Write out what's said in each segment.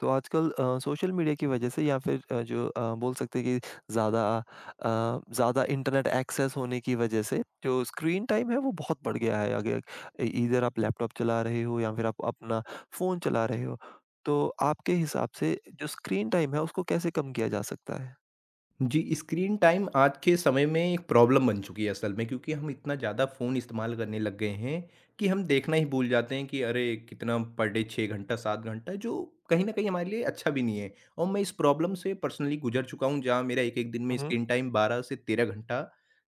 तो आजकल social media की वजह से या फिर जो बोल सकते हैं कि ज़्यादा इंटरनेट एक्सेस होने की वजह से जो स्क्रीन टाइम है वो बहुत बढ़ गया है। अगर ईदर आप लैपटॉप चला रहे हो या फिर आप अपना फ़ोन चला रहे हो, तो आपके हिसाब से जो स्क्रीन टाइम है उसको कैसे कम किया जा सकता है? जी, स्क्रीन टाइम आज के समय में एक प्रॉब्लम बन चुकी है असल में, क्योंकि हम इतना ज़्यादा फ़ोन इस्तेमाल करने लग गए हैं कि हम देखना ही भूल जाते हैं कि अरे! कितना पर डे, 6 घंटा, 7 घंटा, जो कहीं न कहीं हमारे लिए अच्छा भी नहीं है। और मैं इस प्रॉब्लम से पर्सनली गुज़र चुका हूँ, जहाँ मेरा एक-एक दिन में हुँ, हुँ। स्क्रीन टाइम 12 से 13 घंटा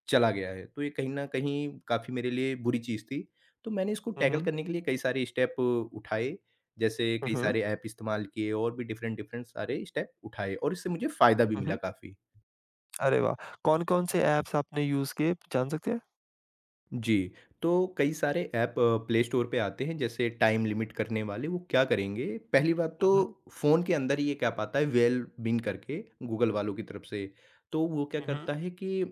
चला गया है। तो ये कहीं न कहीं काफ़ी मेरे लिए बुरी चीज़ थी। तो मैंने इसको हुँ, टैकल हुँ। करने के लिए कई सारे स्टेप उठाए, जैसे हुँ, कई हुँ। सारे ऐप इस्तेमाल किए और भी डिफ़रेंट-डिफ़रेंट सारे स्टेप उठाए, और इससे मुझे फ़ायदा भी हुँ, मिला हुँ। काफ़ी। अरे वाह! कौन-कौन से ऐप्स आपने यूज़ किए जान सकते हैं? जी, तो कई सारे ऐप प्ले स्टोर पे आते हैं, जैसे टाइम लिमिट करने वाले। वो क्या करेंगे, पहली बात हुँ, तो हुँ। फ़ोन के अंदर ही एक ऐप आता है वेलबींग करके, गूगल वालों की तरफ से। तो वो क्या हुँ, करता हुँ। है कि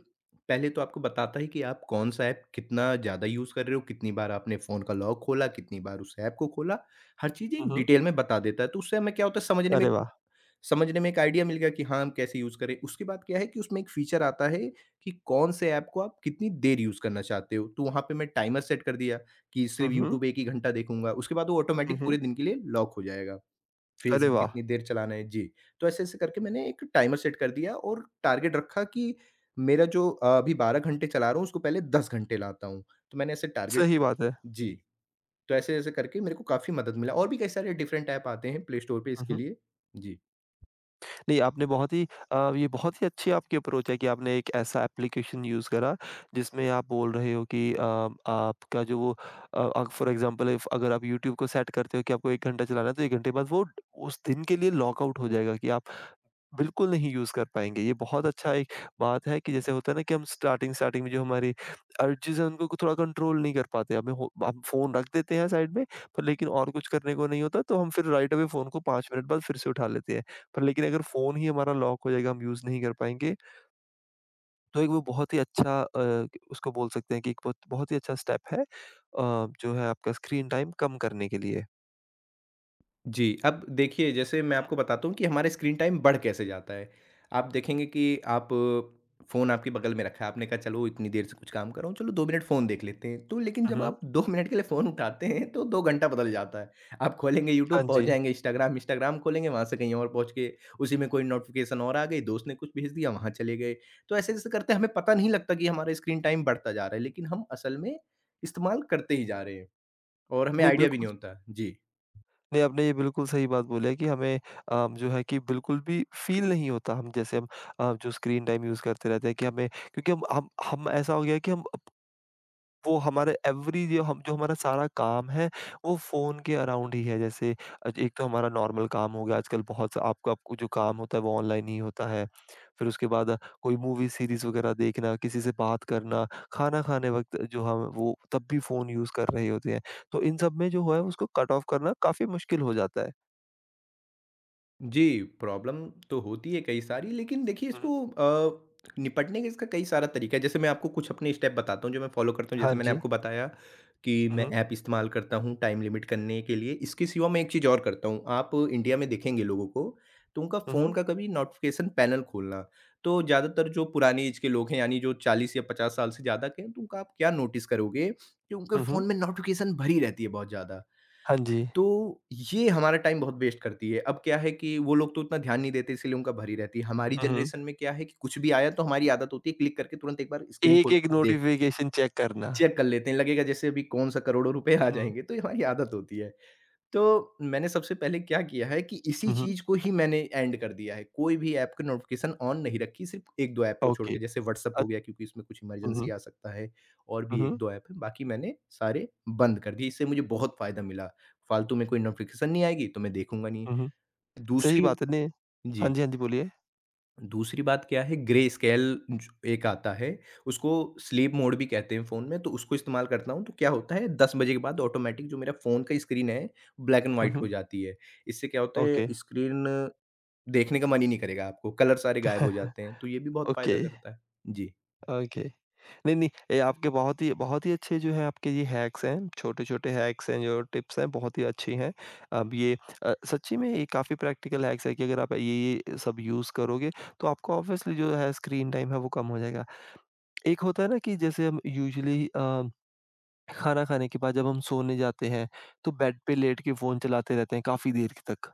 पहले तो आपको बताता है कि आप कौन-सा ऐप कितना ज़्यादा यूज़ कर रहे हो, कितनी बार आपने फ़ोन का लॉक खोला, कितनी बार उस ऐप को खोला, हर चीज़ हुँ, एक हुँ। डिटेल में बता देता है। तो उससे हमें क्या होता है, समझने में अरे वाह! एक आइडिया मिल गया कि हाँ, हम कैसे यूज़ करें। उसके बाद क्या है कि उसमें एक फ़ीचर आता है कि कौन से ऐप को आप कितनी देर यूज़ करना चाहते हो। तो वहाँ पे मैं टाइमर सेट कर दिया कि हुँ, सिर्फ़ हुँ। यूट्यूब 1 ही घंटा देखूँगा। उसके बाद वो हुँ, ऑटोमैटिक हुँ। पूरे दिन के लिए लॉक हो जाएगा। अरे फ़ेसबुक वाह! इतनी देर चलाना है। जी, तो ऐसे-ऐसे करके मैंने एक टाइमर सेट कर दिया और टारगेट रखा कि मेरा जो अभी 12 घंटे चला रहा हूँ, उसको पहले 10 घंटे लाता हूँ। तो मैंने ऐसे टारगेट सही सेट किए। बात है। जी, तो ऐसे-ऐसे करके मेरे को काफ़ी मदद मिला, और भी कई सारे डिफरेंट ऐप आते हैं प्ले स्टोर पे हुँ, इसके हुँ। लिए। जी। नहीं, आपने बहुत ही ये बहुत ही अच्छी आपकी अप्रोच है कि आपने एक ऐसा एप्लीकेशन यूज़ करा, जिसमें आप बोल रहे हो कि आपका जो वो फ़ॉर एग्ज़ाम्पल इफ अगर आप यूट्यूब को सेट करते हो कि आपको 1 घंटा चलाना है, तो 1 घंटे बाद वो उस दिन के लिए लॉक आउट हो जाएगा कि आप बिल्कुल नहीं यूज़ कर पाएँगे। ये बहुत अच्छा एक बात है कि जैसे होता है ना कि हम स्टार्टिंग स्टार्टिंग में जो हमारी अर्जेज़ हैं उनको को थोड़ा कंट्रोल नहीं कर पाते। हमें हो हम फ़ोन रख देते हैं साइड में पर लेकिन और कुछ करने को नहीं होता तो हम फिर राइट अवे फ़ोन को 5 मिनट बाद फिर से उठा लेते हैं। पर लेकिन अगर फ़ोन ही हमारा लॉक हो जाएगा, हम यूज़ नहीं कर पाएँगे तो एक वो बहुत ही अच्छा उसको बोल सकते हैं कि एक बहुत बहुत ही अच्छा स्टेप है जो है आपका स्क्रीन टाइम कम करने के लिए। जी, अब देखिए, जैसे मैं हुँ, हुँ। आपको बताता हूँ कि हमारा स्क्रीन टाइम बढ़ कैसे जाता है। आप देखेंगे कि आप फ़ोन आपके बगल में रखा है, आपने कहा चलो इतनी देर से कुछ काम कर रहा हूँ, चलो 2 मिनट फ़ोन देख लेते हैं। तो लेकिन हुँ, जब हुँ। आप 2 मिनट के लिए फ़ोन उठाते हैं तो 2 घंटा बदल जाता है। आप खोलेंगे, हाँ यूट्यूब पहुँच जी। जाएँगे, इंस्टाग्राम, इंस्टाग्राम खोलेंगे, वहाँ से कहीं और पहुँच के उसी में कोई नोटिफ़िकेशन और आ गई, दोस्त ने कुछ भेज दिया, वहाँ चले गए। तो ऐसे-ऐसे करते हमें पता नहीं लगता कि हमारा स्क्रीन टाइम बढ़ता जा रहा है, लेकिन हम असल में इस्तेमाल करते ही जा रहे हैं और हमें नहीं आइडिया भी बिल्कुल नहीं होता। जी। नहीं, आपने ये बिल्कुल सही बात बोली है कि हमें जो है कि बिल्कुल भी फ़ील नहीं होता हम जैसे हम जो स्क्रीन टाइम यूज़ करते रहते हैं कि हमें क्योंकि हम ऐसा हो गया है कि हम अप वो हमारे एवरी जो हम जो हमारा सारा काम है, वो फ़ोन के अराउंड ही है। जैसे एक तो हमारा नॉर्मल काम हो गया आजकल बहुत सा आपका आपको जो काम होता है वो ऑनलाइन ही होता है। फिर उसके बाद कोई मूवी सीरीज़ वग़ैरह देखना, किसी से बात करना, खाना खाने वक़्त जो हम वो तब भी फ़ोन यूज़ कर रहे होते हैं। तो इन सब में जो है उसको कट ऑफ करना काफ़ी मुश्किल हो जाता है। जी, प्रॉब्लम तो होती है कई सारी, लेकिन देखिए, हुँ, हुँ। इसको निपटने का इसका कई सारा तरीका है। जैसे मैं आपको कुछ अपने स्टेप बताता हूँ जो मैं फ़ॉलो करता हूँ। हाँ जैसे मैंने जी। आपको बताया कि हुँ, मैं हुँ। ऐप इस्तेमाल करता हूँ टाइम लिमिट करने के लिए। इसके सिवा मैं एक चीज़ और करता हूँ, आप इंडिया में देखेंगे लोगों को, तो उनका हुँ, फ़ोन हुँ। का कभी नोटिफ़िकेशन पैनल खोलना। तो ज़्यादातर जो पुरानी एज के लोग हैं, यानी जो 40 या 50 साल से ज़्यादा के हैं, तो उनका आप क्या नोटिस करोगे कि उनके हुँ, हुँ। फ़ोन में नोटिफ़िकेशन भरी रहती है बहुत ज़्यादा। हाँ जी। तो ये हमारा टाइम बहुत वेस्ट करती है। अब क्या है कि वो लोग तो उतना ध्यान नहीं देते, इसलिए उनका भरी रहती है। हमारी हुँ, हुँ। जनरेशन में क्या है कि कुछ भी आया तो हमारी आदत होती है क्लिक करके तुरंत एक बार स्क्रीन खोल एक-एक के देख, नोटिफ़िकेशन चेक करना। चेक कर लेते हैं। लगेगा जैसे अभी कौन-सा करोड़ों रुपए आ हुँ, हुँ। जाएँगे, तो ये हमारी आदत होती है। तो मैंने सबसे पहले क्या किया है कि इसी हुँ, हुँ। चीज़ को ही मैंने एंड कर दिया है। कोई भी ऐप की नोटिफ़िकेशन ऑन नहीं रखी, सिर्फ़ 1-2 ऐप को छोड़ ओके। के, जैसे व्हाट्सएप अ हो गया, क्योंकि इसमें कुछ हुँ, हुँ। इमरजेंसी आ सकता है, और हुँ, भी हुँ। 1-2 ऐप हैं, बाकी मैंने सारे बंद कर दिए। इससे मुझे बहुत फ़ायदा मिला, फालतू में कोई नोटिफ़िकेशन नहीं आएगी तो मैं देखूँगा नहीं। हुँ, हुँ। सही दूसरी बात है ने हाँ जी। जी, हाँ जी, बोलिए। दूसरी बात क्या है, ग्रे स्केल ज एक आता है, उसको स्लीप मोड भी कहते हैं फ़ोन में, तो उसको इस्तेमाल करता हूँ। तो क्या होता है, 10 बजे के बाद ऑटोमैटिक जो मेरा फ़ोन का स्क्रीन है, ब्लैक एंड हुँ, व्हाइट हुँ। हो जाती है। इससे क्या होता है, ओके। स्क्रीन देखने का मन ही नहीं करेगा आपको, कलर सारे गायब हो जाते हैं, तो ये भी बहुत ओके, फ़ायदा करता है। जी। ओके। नहीं, नहीं, ये आपके बहुत ही अच्छे जो है आपके ये हैक्स हैं, छोटे-छोटे हैक्स हैं, जो टिप्स हैं, बहुत ही अच्छी हैं। अब ये सच्ची में ये काफ़ी प्रैक्टिकल हैक्स है कि अगर आप ये-ये सब यूज़ करोगे, तो आपका ऑब्वियसली जो है स्क्रीन टाइम है वो कम हो जाएगा। एक होता है ना कि जैसे हम यूजुअली खाना खाने के बाद जब हम सोने जाते हैं, तो बेड पे लेट के फ़ोन चलाते रहते हैं काफ़ी देर तक।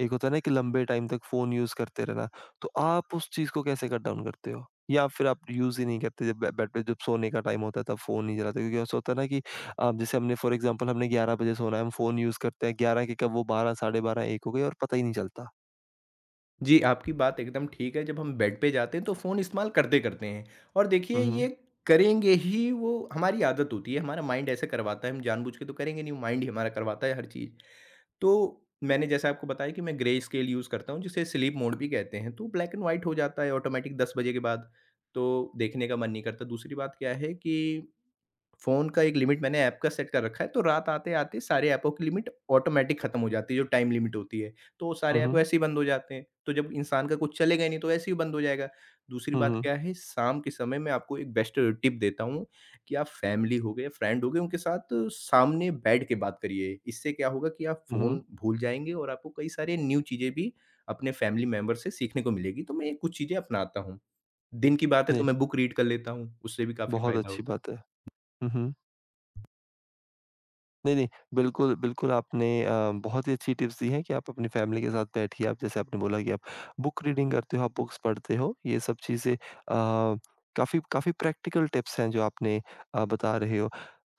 एक होता है ना कि लंबे टाइम तक फ़ोन यूज़ करते रहना। तो आप उस चीज़ को कैसे कट डाउन करते हो? या फिर आप यूज़ ही नहीं करते जब बे बेड पे जब सोने का टाइम होता है तब फ़ोन नहीं चलाते? क्योंकि ऐसा होता है ना कि जैसे हमने फॉर एग्ज़ाम्पल हमने 11 बजे सोना है, हम फ़ोन यूज़ करते हैं 11 के कब वो 12 साढ़े 12 1 हो गए और पता ही नहीं चलता। जी, आपकी बात एकदम ठीक है, जब हम बेड पे जाते हैं तो फ़ोन इस्तेमाल करते-करते हैं, और देखिए, हुँ, हुँ। ये करेंगे ही, वो हमारी आदत होती है, हमारा माइंड ऐसे करवाता है, हम जानबूझ के तो करेंगे नहीं, माइंड ही हमारा करवाता है हर चीज़। तो मैंने जैसे आपको बताया कि मैं ग्रे स्केल यूज़ करता हूँ, जिसे स्लीप मोड भी कहते हैं, तो ब्लैक एंड वाइट हो जाता है ऑटोमेटिक 10 बजे के बाद, तो देखने का मन नहीं करता। दूसरी बात क्या है कि फ़ोन का एक लिमिट मैंने ऐप का सेट कर रखा है, तो रात आते-आते सारे ऐपों की लिमिट ऑटोमैटिक खत्म हो जाती है, जो टाइम लिमिट होती है। तो वो सारे हुँ, ऐप हुँ। वैसे ही बंद हो जाते हैं, तो जब इंसान का कुछ चलेगा ही नहीं, तो वैसे ही बंद हो जाएगा। दूसरी हुँ, बात हुँ। क्या है, शाम के समय मैं आपको एक बेस्ट टिप देता हूँ कि आप फैमिली हो गए या फ्रेंड हो गए, उनके साथ सामने बैठ के बात करिए। इससे क्या होगा कि आप हुँ, हुँ। फ़ोन भूल जाएँगे और आपको कई सारे न्यू चीज़ें भी अपने फैमिली मेंबर से सीखने को मिलेगी। तो मैं ये कुछ चीज़ें अपनाता हूँ। दिन की बात है तो नहीं, मैं बुक रीड कर लेता हूँ, उससे भी काफ़ी बहुत फ़ायदा अच्छी होता है। बात है। हुँ, हुँ। नहीं, नहीं। बिल्कुल, बिल्कुल आपने बहुत ही अच्छी टिप्स दी हैं कि आप अपनी फ़ैमिली के साथ बैठिए। आप जैसे आपने बोला कि आप बुक रीडिंग करते हो, आप बुक्स पढ़ते हो। ये सब चीज़ें काफ़ी काफ़ी प्रैक्टिकल टिप्स हैं जो आपने बता रहे हो।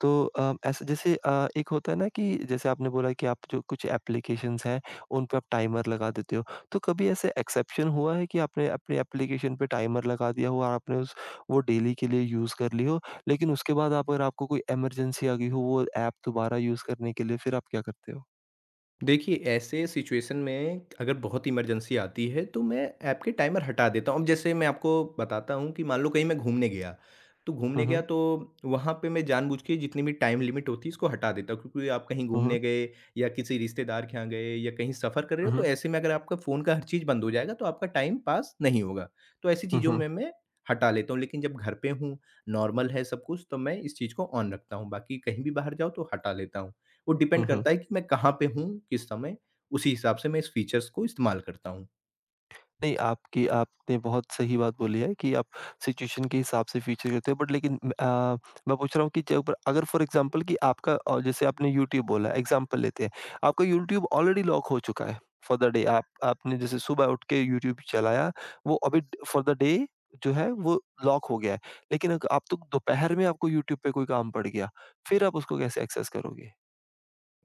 तो ऐसे जैसे एक होता है ना कि जैसे आपने बोला कि आप जो कुछ एप्लीकेशंस हैं, उन पे आप टाइमर लगा देते हो। तो कभी ऐसे एक्सेप्शन हुआ है कि आपने अपने एप्लीकेशन पे टाइमर लगा दिया हो और आपने उस वो डेली के लिए यूज़ कर ली हो? लेकिन उसके बाद आप अगर आपको कोई इमरजेंसी आ गई हो, वो ऐप दोबारा यूज़ करने के लिए फिर आप क्या करते हो? देखिए, ऐसे सिचुएशन में अगर बहुत इमरजेंसी आती है, तो मैं ऐप के टाइमर हटा देता हूँ। अब जैसे मैं आपको बताता हूँ कि मान लो कहीं मैं हुँ, घूमने गया हुँ। तो वहाँ पे मैं जानबूझ के जितनी भी टाइम लिमिट होती है, इसको हटा देता हूँ, क्योंकि आप कहीं हुँ, हुँ। घूमने गए या किसी रिश्तेदार के यहाँ गए या कहीं सफ़र कर रहे हुँ, हो, तो हुँ। ऐसे में अगर आपका फ़ोन का हर चीज़ बंद हो जाएगा, तो आपका टाइम पास नहीं होगा। तो ऐसी हुँ, चीज़ों हुँ। में मैं हटा लेता हूँ, लेकिन जब घर पे हूँ, नॉर्मल है सब कुछ, तो मैं इस चीज़ को ऑन रखता हूँ। बाकी कहीं भी बाहर जाओ तो हटा लेता हूँ। वो हुँ, डिपेंड हुँ। करता है कि मैं कहाँ पे हूँ, किस समय, उसी हिसाब से मैं इस फीचर्स को इस्तेमाल करता हूँ। नहीं, आपकी आपने बहुत सही बात बोली है कि आप सिचुएशन के हिसाब से फीचर करते हो बट लेकिन मैं पूछ रहा हूँ कि जब अगर फ़ॉर एग्ज़ाम्पल कि आपका जैसे आपने यूट्यूब बोला एग्ज़ाम्पल लेते हैं, आपका यूट्यूब ऑलरेडी लॉक हो चुका है फॉर द डे आप आपने जैसे सुबह उठ के यूट्यूब चलाया, वो अभी फॉर द डे जो है वो लॉक हो गया है। लेकिन अग आप तो दोपहर में आपको यूट्यूब पे कोई काम पड़ गया, फिर आप उसको कैसे एक्सेस करोगे?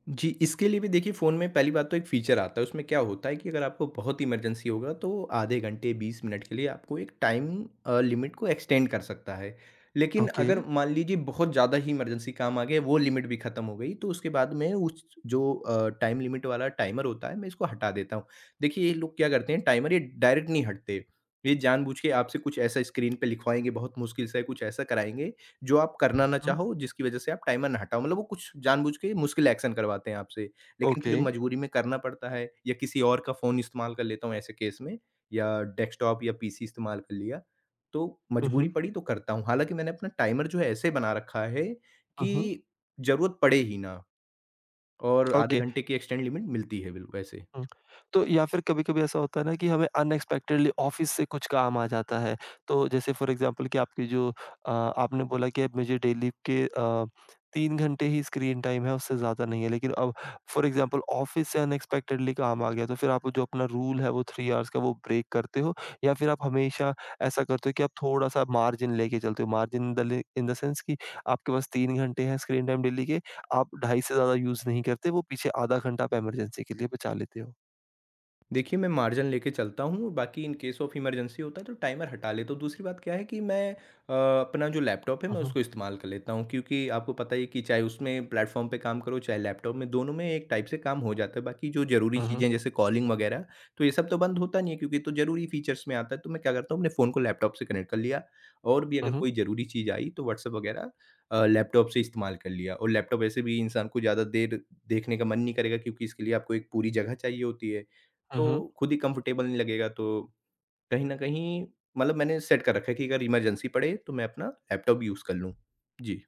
जी, इसके लिए भी देखिए, फ़ोन में पहली बात तो एक फ़ीचर आता है, उसमें क्या होता है कि अगर आपको बहुत इमरजेंसी होगा तो आधे घंटे, 20 मिनट के लिए आपको एक टाइम लिमिट को एक्सटेंड कर सकता है। लेकिन ओके। अगर मान लीजिए बहुत ज़्यादा ही इमरजेंसी काम आ गया, वो लिमिट भी ख़त्म हो गई, तो उसके बाद में उस जो टाइम लिमिट वाला टाइमर होता है, मैं इसको हटा देता हूँ। देखिए, ये लोग क्या करते हैं, टाइमर ये डायरेक्ट नहीं हटते, ये जानबूझ के आपसे कुछ ऐसा स्क्रीन पे लिखवाएँगे, बहुत मुश्किल से कुछ ऐसा कराएँगे जो आप करना ना हुँ। चाहो, जिसकी वज़ह से आप टाइमर ना हटाओ। मतलब वो कुछ जानबूझ के मुश्किल एक्शन करवाते हैं आपसे, लेकिन ओके। फिर मजबूरी में करना पड़ता है, या किसी और का फ़ोन इस्तेमाल कर लेता हूँ ऐसे केस में, या डेस्कटॉप या पीसी इस्तेमाल कर लिया, तो हुँ, मजबूरी हुँ। पड़ी तो करता हूँ। हालाँकि मैंने अपना टाइमर जो है ऐसे बना रखा है हुँ, हुँ। कि ज़रूरत पड़े ही ना, और आधे ओके। घंटे की एक्सटेंड लिमिट मिलती है बिल वैसे। हुँ। तो या फिर कभी-कभी ऐसा होता है ना कि हमें अनएक्सपेक्टेडली ऑफ़िस से कुछ काम आ जाता है। तो जैसे फ़ॉर एग्ज़ाम्पल कि आपकी जो आपने बोला कि अब मुझे डेली के 3 घंटे ही स्क्रीन टाइम है, उससे ज़्यादा नहीं है। लेकिन अब फ़ॉर एग्ज़ाम्पल ऑफ़िस से अनएक्सपेक्टेडली काम आ गया, तो फिर आप जो अपना रूल है वो 3 आवर्स का वो ब्रेक करते हो? या फिर आप हमेशा ऐसा करते हो कि आप थोड़ा-सा मार्जिन लेके चलते हो? मार्जिन इन द ले इन द सेंस कि आपके पास 3 घंटे हैं स्क्रीन टाइम डेली के, आप ढाई से ज़्यादा यूज़ नहीं करते, वो पीछे आधा घंटा आप इमरजेंसी के लिए बचा लेते हो। देखिए, मैं मार्जिन लेके चलता हूँ और बाकी इन केस ऑफ़ इमरजेंसी होता है तो टाइमर हटा लेता हूँ। दूसरी बात क्या है कि मैं अपना जो लैपटॉप है हुँ, मैं हुँ। उसको इस्तेमाल कर लेता हूँ, क्योंकि आपको पता ही है कि चाहे उसमें प्लेटफ़ॉर्म पे काम करो, चाहे लैपटॉप में, दोनों में एक टाइप से काम हो जाता है। बाकी जो ज़रूरी हुँ, हुँ। चीज़ें जैसे कॉलिंग वगैरह, तो ये सब तो बंद होता नहीं है, क्योंकि ये तो ज़रूरी फ़ीचर्स में आता है। तो मैं क्या करता हूँ, अपने फ़ोन को लैपटॉप से कनेक्ट कर लिया, और भी हुँ, अगर हुँ। कोई ज़रूरी चीज़ आई तो व्हाट्सएप वगैरह लैपटॉप से इस्तेमाल कर लिया, और लैपटॉप ऐसे भी इंसान को ज़्यादा देर देखने का मन नहीं करेगा, क्योंकि इसके लिए आपको एक पूरी जगह चाहिए होती है। हुँ, तो हुँ। खुद ही कंफर्टेबल नहीं लगेगा, तो कहीं न कहीं मतलब मैंने सेट कर रखा है कि अगर इमरजेंसी पड़े तो मैं अपना लैपटॉप यूज़ कर लूँ। जी।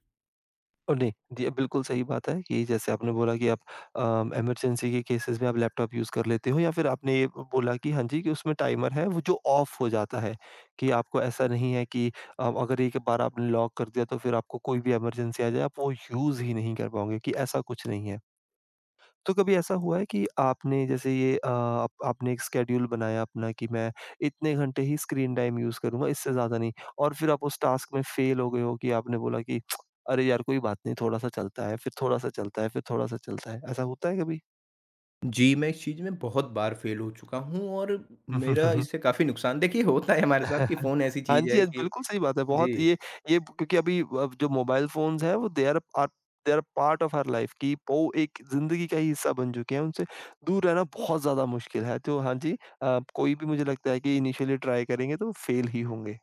और नहीं, ये बिल्कुल सही बात है कि जैसे आपने बोला कि आप इमरजेंसी के केसेज़ में आप लैपटॉप यूज़ कर लेते हो या फिर आपने ये बोला कि हाँ जी, कि उसमें टाइमर है वो जो ऑफ हो जाता है, कि आपको ऐसा नहीं है कि अगर एक बार आपने लॉक कर दिया तो फिर आपको कोई भी इमरजेंसी आ जाए आप वो यूज़ ही नहीं कर पाओगे कि ऐसा कुछ नहीं है। तो कभी ऐसा हुआ है कि आपने जैसे ये आप आपने एक स्केड्यूल बनाया अपना कि मैं इतने घंटे ही स्क्रीन टाइम यूज़ करूँगा, इससे ज़्यादा नहीं और फिर आप उस टास्क में फ़ेल हो गए हो कि आपने बोला कि अरे यार कोई बात नहीं थोड़ा-सा चलता है, फिर थोड़ा-सा चलता है, फिर थोड़ा-सा चलता है, ऐसा होता है कभी? जी, मैं इस चीज़ में बहुत बार फ़ेल हो चुका हूँ, और मेरा इससे काफ़ी नुकसान देखिए, होता है हमारे साथ हाँ कि फ़ोन ऐसी चीज़ जी, है हाँ जी, कि बिल्कुल सही बात है। बहुत जी। ये क्योंकि अभी अब जो मोबाइल फ़ोन्स हैं वो they are part of our life कि वो एक ज़िंदगी का ही हिस्सा बन चुके हैं। उनसे दूर रहना बहुत ज़्यादा मुश्किल है। तो हाँ जी कोई भी मुझे लगता है कि इनिशियली ट्राई करेंगे तो फेल ही होंगे।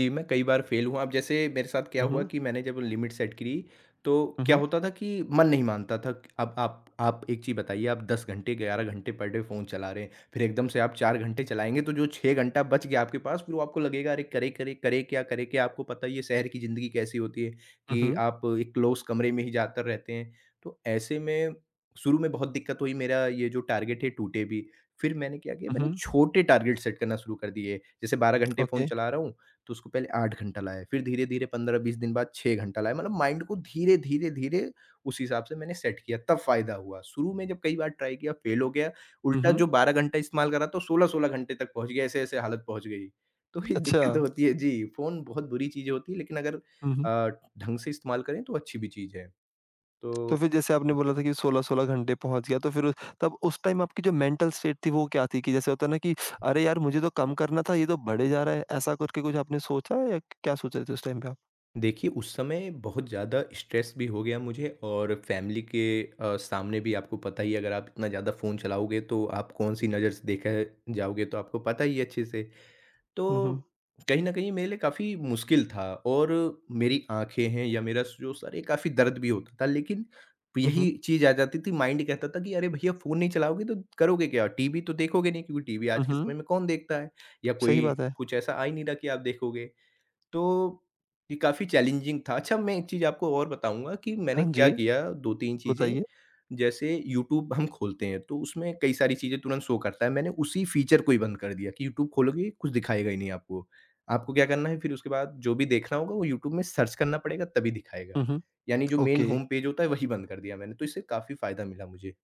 जी, मैं कई बार फेल हुआ। अब जैसे मेरे साथ क्या हुँ, हुआ हुँ। कि मैंने जब लिमिट सेट करी, तो हुँ, क्या हुँ। होता था कि मन नहीं मानता था। अब आप एक चीज़ बताइए, आप 10 घंटे, 11 घंटे पर डे फ़ोन चला रहे हैं, फिर एकदम से आप 4 घंटे चलाएँगे, तो जो 6 घंटा बच गया आपके पास, फिर वो आपको लगेगा, "अरे! करे, करे, करे क्या, करे क्या?" आपको पता ही है शहर की ज़िंदगी कैसी होती है हुँ, कि हुँ। आप एक क्लोज़ कमरे में ही ज़्यादातर रहते हैं। तो ऐसे में शुरू में बहुत दिक्कत हुई, मेरा ये जो टारगेट है, टूटे भी। फिर मैंने क्या किया, हुँ, मैंने हुँ। छोटे टारगेट सेट करना शुरू कर दिए। जैसे 12 घंटे ओके। फ़ोन चला रहा हूँ, तो उसको पहले 8 घंटा लाया, फिर धीरे-धीरे 15-20 दिन बाद 6 घंटा लाया, मतलब माइंड को धीरे-धीरे-धीरे उस हिसाब से मैंने सेट किया, तब फ़ायदा हुआ। शुरू में जब कई बार ट्राई किया, फेल हो गया, हुँ, उल्टा हुँ। जो 12 घंटा इस्तेमाल करा तो 16-16 घंटे तक पहुँच गया, ऐसे-ऐसे हालत पहुँच गई। तो ये अच्छा। दिक्कत होती है जी, फ़ोन बहुत बुरी चीज़ होती है लेकिन अगर हुँ, हुँ। अ, ढंग से इस्तेमाल करें तो अच्छी भी चीज़ है। तो तो फिर जैसे आपने बोला था कि 16-16 घंटे पहुँच गया, तो फिर तब उस टाइम आपकी जो मेंटल स्टेट थी वो क्या थी? कि जैसे होता है ना कि अरे यार मुझे तो कम करना था, ये तो बढ़े जा रहा है, ऐसा करके कुछ आपने सोचा या क्या सोच रहे थे उस टाइम पे आप? देखिए, उस समय बहुत ज़्यादा स्ट्रेस भी हो गया मुझे और फैमिली के सामने भी आपको पता ही है अगर आप इतना ज़्यादा फ़ोन चलाओगे तो आप कौन-सी नज़र से देखा जाओगे तो आपको पता ही है अच्छे से। तो हुँ, हुँ। कहीं न कहीं मेरे लिए काफ़ी मुश्किल था और मेरी आँखें हैं या मेरा जो सर है काफ़ी दर्द भी होता था लेकिन हुँ, यही हुँ। चीज़ आ जाती थी माइंड कहता था कि अरे भैया फ़ोन नहीं चलाओगे तो करोगे क्या? टीवी तो देखोगे नहीं क्योंकि टीवी हुँ, आज के हुँ। समय में कौन देखता है? या सही कोई बात है। कुछ ऐसा आ ही नहीं रहा कि आप देखोगे। तो, ये काफ़ी चैलेंजिंग था। अच्छा मैं एक चीज़ आपको और बताऊँगा कि हाँ मैंने क्या जी, किया 2-3 चीज़ें, बताइए। जैसे यूट्यूब हम खोलते हैं तो उसमें कई सारी चीज़ें तुरंत शो करता है। मैंने उसी फीचर को ही बंद कर दिया कि यूट्यूब खोलोगे कुछ दिखाएगा ही नहीं आपको। आपको क्या करना है फिर उसके बाद जो भी देखना होगा वो यूट्यूब में सर्च करना पड़ेगा तभी दिखाएगा। हुँ, हुँ। यानी जो मेन ओके। होम पेज होता है वही बंद कर दिया मैंने, तो इससे काफ़ी फ़ायदा मिला मुझे।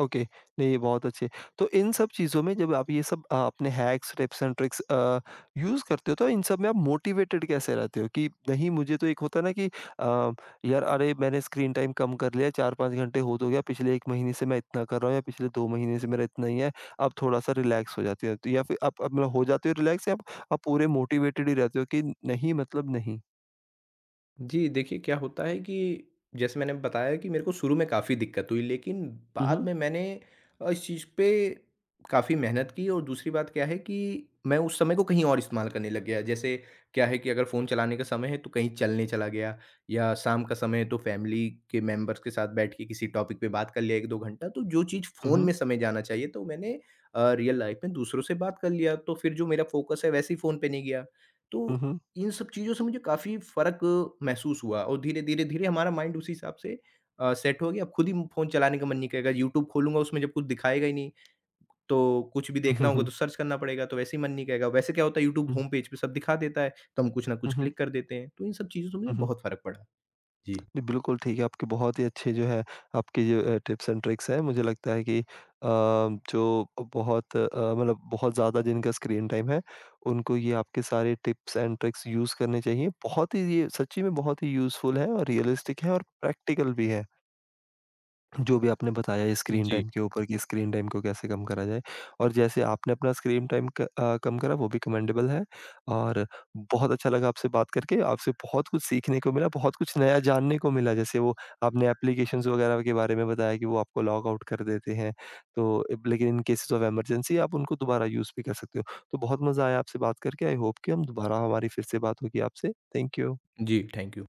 ओके, नहीं ये बहुत अच्छे। तो इन सब चीज़ों में जब आप ये सब अपने hacks, tips and tricks use करते हो तो इन सब में आप मोटिवेटेड कैसे रहते हो कि नहीं मुझे तो एक होता है ना कि अ, यार अरे मैंने स्क्रीन टाइम कम कर लिया 4-5 घंटे हो तो गया, पिछले 1 महीने से मैं इतना कर रहा हूँ या पिछले 2 महीने से मेरा इतना ही है, अब थोड़ा-सा रिलैक्स हो जाते हैं। तो या फिर आप मतलब हो जाते हो रिलैक्स या आप पूरे मोटिवेटेड ही रहते हो कि नहीं मतलब नहीं? जी, देखिए क्या होता है कि जैसे मैंने बताया कि मेरे को शुरू में काफ़ी दिक्कत हुई लेकिन हुँ, बाद हुँ। में मैंने इस चीज़ पे काफ़ी मेहनत की और दूसरी बात क्या है कि मैं उस समय को कहीं और इस्तेमाल करने लग गया। जैसे क्या है कि अगर फ़ोन चलाने का समय है तो कहीं चलने चला गया या शाम का समय है तो फ़ैमिली के मेंबर्स के साथ बैठ के किसी टॉपिक पे बात कर लिया 1-2 घंटा। तो जो चीज़ हुँ, फ़ोन हुँ। में समय जाना चाहिए तो मैंने रियल लाइफ़ में दूसरों से बात कर लिया। तो फिर जो मेरा फ़ोकस है वैसे ही फ़ोन पे नहीं गया। हुँ, तो हुँ। इन सब चीज़ों से मुझे काफ़ी फ़र्क महसूस हुआ और धीरे, धीरे, धीरे हमारा माइंड उसी हिसाब से सेट हो गया। अब खुद ही फ़ोन चलाने का मन नहीं करेगा, यूट्यूब खोलूँगा उसमें जब कुछ दिखाएगा ही नहीं, तो कुछ भी देखना हुँ, होगा हुँ। तो सर्च करना पड़ेगा, तो वैसे ही मन नहीं करेगा। वैसे क्या होता है यूट्यूब हुँ, हुँ। होम पेज पे सब दिखा देता है, तो हम कुछ ना कुछ हुँ, हुँ। क्लिक कर देते हैं। तो इन सब चीज़ों से मुझे हुँ, हुँ। बहुत फ़र्क पड़ा। जी। जी, बिल्कुल ठीक है। आपके बहुत ही अच्छे जो है आपकी जो टिप्स एंड ट्रिक्स हैं मुझे लगता है कि जो बहुत मतलब बहुत ज़्यादा जिनका स्क्रीन टाइम है, उनको ये आपके सारे टिप्स एंड ट्रिक्स यूज़ करने चाहिए। बहुत ही ये सच्ची में बहुत ही यूज़फुल है और रियलिस्टिक है और प्रैक्टिकल भी है। जो भी आपने बताया स्क्रीन जी, टाइम के ऊपर कि स्क्रीन टाइम को कैसे कम करा जाए और जैसे आपने अपना स्क्रीन टाइम कम करा वो भी कमेंडेबल है और बहुत अच्छा लगा आपसे बात करके, आपसे बहुत कुछ सीखने को मिला, बहुत कुछ नया जानने को मिला। जैसे वो आपने एप्लीकेशंस वगैरह के बारे में बताया कि वो आपको लॉग आउट कर देते हैं, तो इब लेकिन इन केसेस ऑफ इमरजेंसी आप उनको दोबारा यूज़ भी कर सकते हो। तो बहुत मज़ा आया आपसे बात करके, आई होप कि हम दोबारा हमारी फिर से बात होगी आपसे। Thank you. जी, थैंक यू।